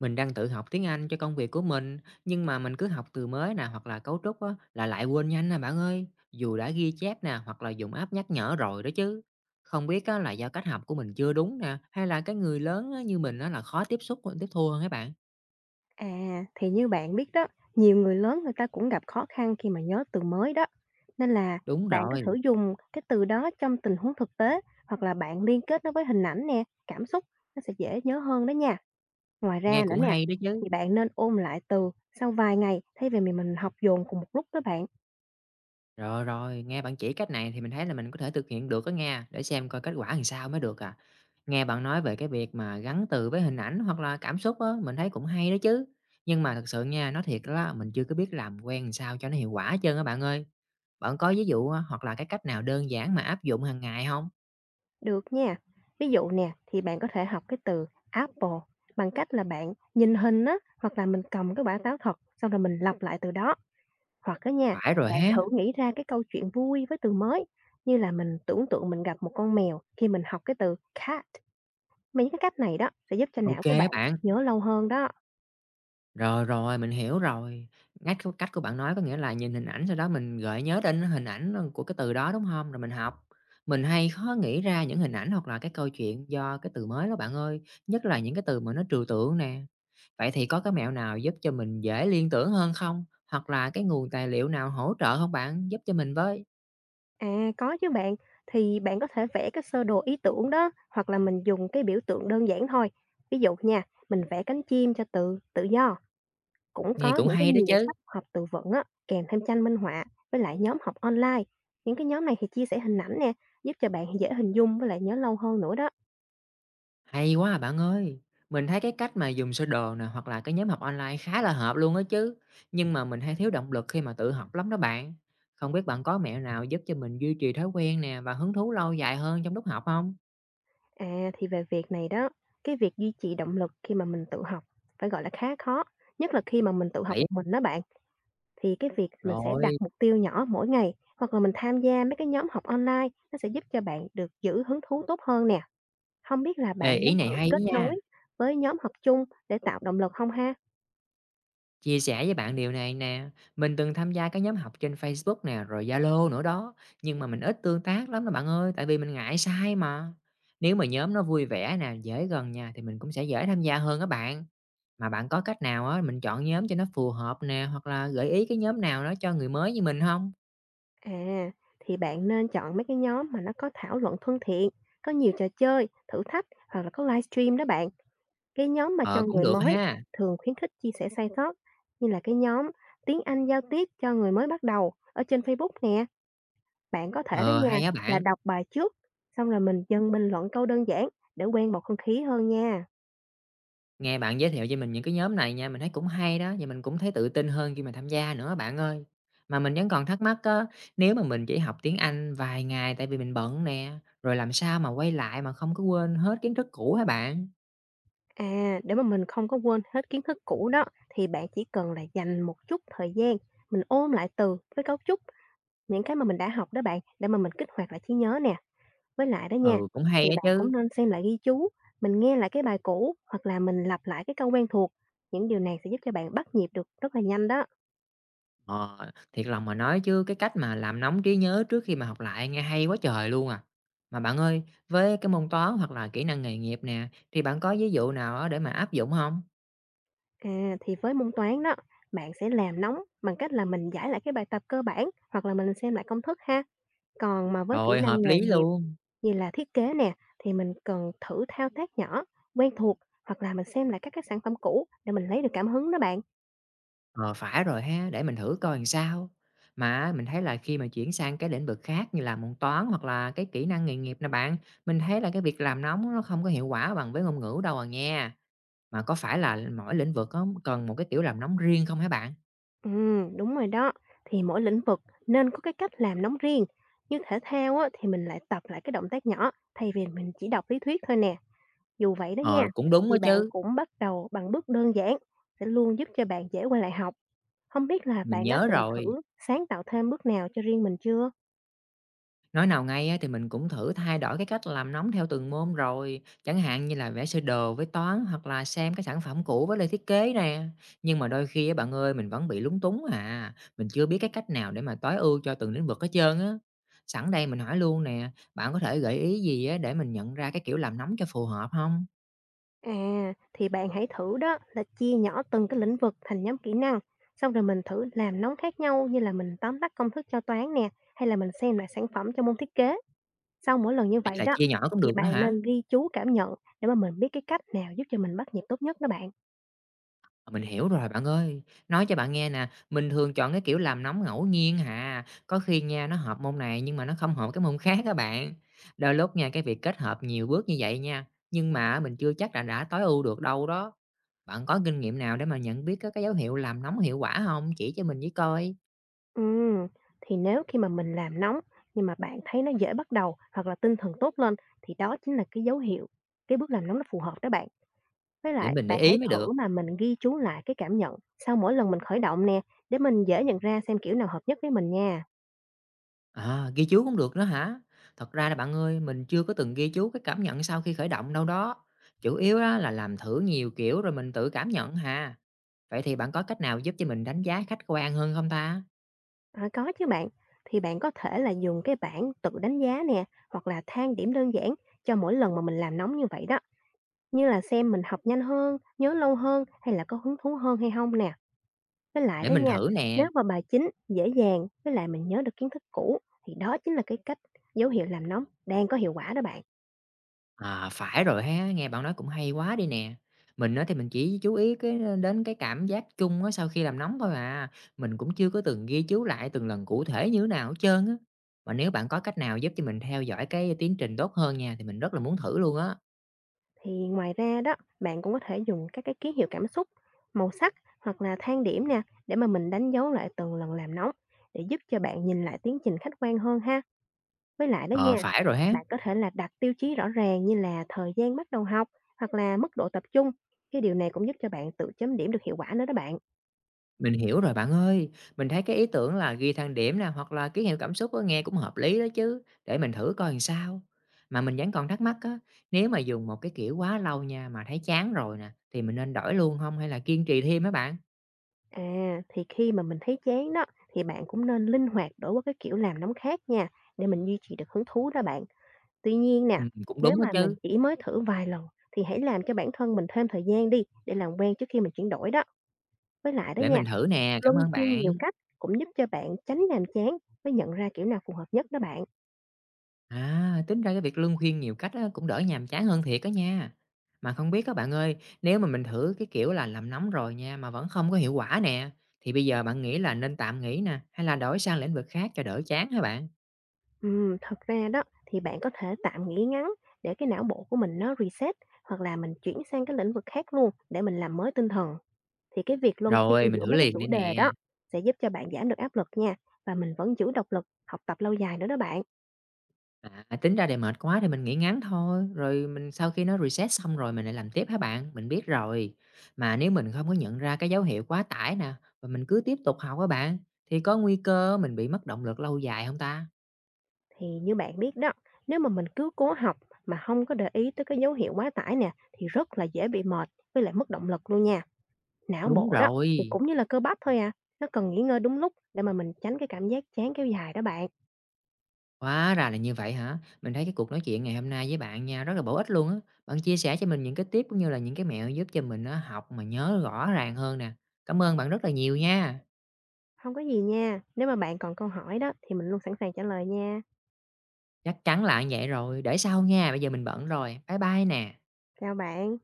Mình đang tự học tiếng Anh cho công việc của mình, nhưng mà mình cứ học từ mới nè hoặc là cấu trúc á, là lại quên nhanh nè bạn ơi. Dù đã ghi chép nè hoặc là dùng app nhắc nhở rồi đó chứ. Không biết á, là do cách học của mình chưa đúng nè hay là cái người lớn á, như mình á, là khó tiếp xúc tiếp thu hơn các bạn. À, thì như bạn biết đó, nhiều người lớn người ta cũng gặp khó khăn khi mà nhớ từ mới đó. Nên là Đúng bạn cứ rồi, thử dùng cái từ đó trong tình huống thực tế, hoặc là bạn liên kết nó với hình ảnh nè, cảm xúc, nó sẽ dễ nhớ hơn đó nha. Ngoài nghe ra nữa cũng nè, hay đó chứ. thì bạn nên ôn lại từ sau vài ngày, thay vì mình học dồn cùng một lúc đó bạn. Rồi, nghe bạn chỉ cách này thì mình thấy là mình có thể thực hiện được đó nha, để xem coi kết quả làm sao mới được à. Nghe bạn nói về cái việc mà gắn từ với hình ảnh hoặc là cảm xúc á, mình thấy cũng hay đó chứ. Nhưng mà thật sự nha, nói thiệt đó, mình chưa có biết làm quen làm sao cho nó hiệu quả hết trơn á bạn ơi. Bạn có ví dụ á, hoặc là cái cách nào đơn giản mà áp dụng hàng ngày không? Được nha. Ví dụ nè, thì bạn có thể học cái từ apple bằng cách là bạn nhìn hình á, hoặc là mình cầm cái quả táo thật, xong rồi mình lặp lại từ đó. Hoặc á nha, Phải rồi bạn ha. thử nghĩ ra cái câu chuyện vui với từ mới, như là mình tưởng tượng mình gặp một con mèo khi mình học cái từ cat. Mấy cái cách này đó sẽ giúp cho não Ok của á bạn bạn. nhớ lâu hơn đó. Rồi, mình hiểu rồi. Ngách của cách của bạn nói có nghĩa là nhìn hình ảnh sau đó mình gợi nhớ đến hình ảnh, của cái từ đó, đúng không? Rồi mình học. Mình hay khó nghĩ ra những hình ảnh hoặc là cái câu chuyện do cái từ mới đó bạn ơi, nhất là những cái từ mà nó trừu tượng nè. Vậy thì có cái mẹo nào giúp cho mình dễ liên tưởng hơn không? Hoặc là cái nguồn tài liệu nào hỗ trợ không bạn? Giúp cho mình với. À, có chứ bạn, thì bạn có thể vẽ cái sơ đồ ý tưởng đó, hoặc là mình dùng cái biểu tượng đơn giản thôi. Ví dụ nha, mình vẽ cánh chim cho từ tự do. Cũng Nghe có cũng những cái hay đó nhiều chứ. sách học từ vựng á, kèm thêm tranh minh họa với lại nhóm học online. Những cái nhóm này thì chia sẻ hình ảnh nè, giúp cho bạn dễ hình dung với lại nhớ lâu hơn nữa đó. Hay quá à bạn ơi! Mình thấy cái cách mà dùng sơ đồ nè, hoặc là cái nhóm học online khá là hợp luôn á chứ. Nhưng mà mình hay thiếu động lực khi mà tự học lắm đó bạn. Không biết bạn có mẹo nào giúp cho mình duy trì thói quen nè và hứng thú lâu dài hơn trong lúc học không? À, thì về việc này đó, cái việc duy trì động lực khi mà mình tự học phải gọi là khá khó, nhất là khi mà mình tự học Vậy một mình đó bạn. Thì cái việc mình sẽ đặt rồi, mục tiêu nhỏ mỗi ngày, hoặc là mình tham gia mấy cái nhóm học online, nó sẽ giúp cho bạn được giữ hứng thú tốt hơn nè. Không biết là ê, bạn ý muốn này thử hay á kết nha! nối với nhóm học chung để tạo động lực không ha? Chia sẻ với bạn điều này nè, mình từng tham gia cái nhóm học trên Facebook nè, rồi Zalo nữa đó, nhưng mà mình ít tương tác lắm đó bạn ơi, tại vì mình ngại sai mà. Nếu mà nhóm nó vui vẻ nè, dễ gần nha thì mình cũng sẽ dễ tham gia hơn các bạn. Mà bạn có cách nào á, mình chọn nhóm cho nó phù hợp nè, hoặc là gợi ý cái nhóm nào đó cho người mới như mình không? À, thì bạn nên chọn mấy cái nhóm mà nó có thảo luận thân thiện, có nhiều trò chơi, thử thách, hoặc là có livestream đó bạn. Cái nhóm mà Ờ, cho cũng người được mới ha. thường khuyến khích chia sẻ sai sót, như là cái nhóm tiếng Anh giao tiếp cho người mới bắt đầu ở trên Facebook nè. Bạn có thể đó Ờ, nha, hay á là bạn, đọc bài trước, xong rồi mình dần bình luận câu đơn giản để quen bầu không khí hơn nha. nghe bạn giới thiệu cho mình những cái nhóm này nha, mình thấy cũng hay đó, và mình cũng thấy tự tin hơn khi mà tham gia nữa bạn ơi. Mà mình vẫn còn thắc mắc á, nếu mà mình chỉ học tiếng Anh vài ngày tại vì mình bận nè, rồi làm sao mà quay lại mà không có quên hết kiến thức cũ hả bạn? À, để mà mình không có quên hết kiến thức cũ đó, thì bạn chỉ cần là dành một chút thời gian, mình ôn lại từ với cấu trúc những cái mà mình đã học đó bạn, để mà mình kích hoạt lại trí nhớ nè. Với lại đó nha, Ừ, cũng hay thì á bạn chứ. cũng nên xem lại ghi chú, mình nghe lại cái bài cũ, hoặc là mình lặp lại cái câu quen thuộc. Những điều này sẽ giúp cho bạn bắt nhịp được rất là nhanh đó. Ờ, thiệt lòng mà nói chứ cái cách mà làm nóng trí nhớ trước khi mà học lại nghe hay quá trời luôn à. Mà bạn ơi, với cái môn toán hoặc là kỹ năng nghề nghiệp nè, thì bạn có ví dụ nào á để mà áp dụng không? À, thì với môn toán đó, bạn sẽ làm nóng bằng cách là mình giải lại cái bài tập cơ bản, hoặc là mình xem lại công thức ha. Còn mà với kỹ Rồi, năng hợp nghề lý nghiệp luôn. như là thiết kế nè, thì mình cần thử thao tác nhỏ, quen thuộc, hoặc là mình xem lại các cái sản phẩm cũ để mình lấy được cảm hứng đó bạn. Ờ, phải rồi ha, để mình thử coi làm sao. Mà mình thấy là khi mà chuyển sang cái lĩnh vực khác như là môn toán hoặc là cái kỹ năng nghề nghiệp nè bạn, mình thấy là cái việc làm nóng nó không có hiệu quả bằng với ngôn ngữ đâu à nha. Mà có phải là mỗi lĩnh vực á cần một cái kiểu làm nóng riêng không hả bạn? Đúng rồi đó. Thì mỗi lĩnh vực nên có cái cách làm nóng riêng. Như thể thao á, thì mình lại tập lại cái động tác nhỏ, thay vì mình chỉ đọc lý thuyết thôi nè. Dù vậy đó nha, Ờ, cũng đúng đó thì bạn chứ, cũng bắt đầu bằng bước đơn giản sẽ luôn giúp cho bạn dễ quay lại học. Không biết là mình bạn đã nhớ từng rồi. thử sáng tạo thêm bước nào cho riêng mình chưa? Nói nào ngay á, thì mình cũng thử thay đổi cái cách làm nóng theo từng môn rồi, chẳng hạn như là vẽ sơ đồ với toán hoặc là xem cái sản phẩm cũ với lời thiết kế nè. Nhưng mà đôi khi á, bạn ơi mình vẫn bị lúng túng à, mình chưa biết cái cách nào để mà tối ưu cho từng lĩnh vực hết trơn á. Sẵn đây mình hỏi luôn nè, bạn có thể gợi ý gì á, để mình nhận ra cái kiểu làm nóng cho phù hợp không? À, thì bạn hãy thử đó là chia nhỏ từng cái lĩnh vực thành nhóm kỹ năng. Xong rồi mình thử làm nóng khác nhau, như là mình tóm tắt công thức cho toán nè, hay là mình xem lại sản phẩm cho môn thiết kế. Sau mỗi lần như Hay vậy là đó, chia nhỏ cũng thì được nữa bạn hả? nên ghi chú cảm nhận để mà mình biết cái cách nào giúp cho mình bắt nhịp tốt nhất đó bạn. Ờ, mình hiểu rồi bạn ơi. Nói cho bạn nghe nè, mình thường chọn cái kiểu làm nóng ngẫu nhiên hà. Có khi nha nó hợp môn này nhưng mà nó không hợp cái môn khác các bạn. Đôi lúc nha cái việc kết hợp nhiều bước như vậy nha, nhưng mà mình chưa chắc là đã tối ưu được đâu đó. Bạn có kinh nghiệm nào để mà nhận biết các cái dấu hiệu làm nóng hiệu quả không? Chỉ cho mình với coi, Ừm, thì nếu khi mà mình làm nóng nhưng mà bạn thấy nó dễ bắt đầu, hoặc là tinh thần tốt lên, thì đó chính là cái dấu hiệu cái bước làm nóng nó phù hợp đó bạn. Với để lại mình để bạn hãy ý mới được. thử mà mình ghi chú lại cái cảm nhận sau mỗi lần mình khởi động nè, để mình dễ nhận ra xem kiểu nào hợp nhất với mình nha. À, ghi chú cũng được nữa hả? Thật ra là bạn ơi, mình chưa có từng ghi chú cái cảm nhận sau khi khởi động đâu đó. Chủ yếu á là làm thử nhiều kiểu rồi mình tự cảm nhận hà. Vậy thì bạn có cách nào giúp cho mình đánh giá khách quan hơn không ta? À, có chứ bạn, thì bạn có thể là dùng cái bảng tự đánh giá nè, hoặc là thang điểm đơn giản cho mỗi lần mà mình làm nóng như vậy đó. Như là xem mình học nhanh hơn, nhớ lâu hơn, hay là có hứng thú hơn hay không nè. Với lại Để đó mình nha, thử nếu nè. mà bài chính dễ dàng với lại mình nhớ được kiến thức cũ, thì đó chính là cái cách dấu hiệu làm nóng đang có hiệu quả đó bạn. À, phải rồi ha, nghe bạn nói cũng hay quá đi nè. Mình á thì mình chỉ chú ý cái đến cái cảm giác chung á sau khi làm nóng thôi à. Mình cũng chưa có từng ghi chú lại từng lần cụ thể như thế nào hết trơn á. Mà nếu bạn có cách nào giúp cho mình theo dõi cái tiến trình tốt hơn nha thì mình rất là muốn thử luôn á. Thì ngoài ra đó, bạn cũng có thể dùng các cái ký hiệu cảm xúc, màu sắc, hoặc là thang điểm nè để mà mình đánh dấu lại từng lần làm nóng, để giúp cho bạn nhìn lại tiến trình khách quan hơn ha. Với lại đó Ờ, nha, phải rồi ha. bạn có thể là đặt tiêu chí rõ ràng như là thời gian bắt đầu học, hoặc là mức độ tập trung. Cái điều này cũng giúp cho bạn tự chấm điểm được hiệu quả nữa đó bạn. Mình hiểu rồi bạn ơi, mình thấy cái ý tưởng là ghi thang điểm nè hoặc là ký hiệu cảm xúc á, nghe cũng hợp lý đó chứ, để mình thử coi làm sao. Mà mình vẫn còn thắc mắc á, nếu mà dùng một cái kiểu quá lâu nha mà thấy chán rồi nè, thì mình nên đổi luôn không hay là kiên trì thêm mấy bạn? À, thì khi mà mình thấy chán đó, thì bạn cũng nên linh hoạt đổi qua cái kiểu làm nóng khác nha, để mình duy trì được hứng thú đó bạn. Tuy nhiên Ừ, nè, cũng nếu đúng đó mà mình chứ, chỉ mới thử vài lần, thì hãy làm cho bản thân mình thêm thời gian đi để làm quen trước khi mình chuyển đổi đó. Với lại đó để nha, mình thử nè, cảm luân ơn phiên bạn. nhiều cách cũng giúp cho bạn tránh nhàm chán với nhận ra kiểu nào phù hợp nhất đó bạn. À, tính ra cái việc luân phiên nhiều cách á, cũng đỡ nhàm chán hơn thiệt á nha. Mà không biết các bạn ơi, nếu mà mình thử cái kiểu là làm nóng rồi nha mà vẫn không có hiệu quả nè, thì bây giờ bạn nghĩ là nên tạm nghỉ nè, hay là đổi sang lĩnh vực khác cho đỡ chán hả bạn? Thật ra đó thì bạn có thể tạm nghỉ ngắn để cái não bộ của mình nó reset, hoặc là mình chuyển sang cái lĩnh vực khác luôn để mình làm mới tinh thần. Thì cái việc luân phiên Rồi, mình giữa thử mấy cái liền chủ đây đề đó nè. sẽ giúp cho bạn giảm được áp lực nha, và mình vẫn giữ động lực học tập lâu dài nữa đó bạn. À, tính ra để mệt quá thì mình nghỉ ngắn thôi, rồi mình sau khi nó reset xong rồi mình lại làm tiếp hả bạn? Mình biết rồi. Mà nếu mình không có nhận ra cái dấu hiệu quá tải nè, và mình cứ tiếp tục học các bạn, thì có nguy cơ mình bị mất động lực lâu dài không ta? Thì như bạn biết đó, nếu mà mình cứ cố học mà không có để ý tới cái dấu hiệu quá tải nè, thì rất là dễ bị mệt với lại mất động lực luôn nha. Não Đúng bộ đó thì rồi. cũng như là cơ bắp thôi à, nó cần nghỉ ngơi đúng lúc để mà mình tránh cái cảm giác chán kéo dài đó bạn. Hóa ra là như vậy hả? Mình thấy cái cuộc nói chuyện ngày hôm nay với bạn nha, rất là bổ ích luôn á. Bạn chia sẻ cho mình những cái tip cũng như là những cái mẹo giúp cho mình nó học mà nhớ rõ ràng hơn nè. Cảm ơn bạn rất là nhiều nha. Không có gì nha, nếu mà bạn còn câu hỏi đó thì mình luôn sẵn sàng trả lời nha. Chắc chắn là như vậy rồi. Để sau nha, bây giờ mình bận rồi. Bye bye nè. Chào bạn.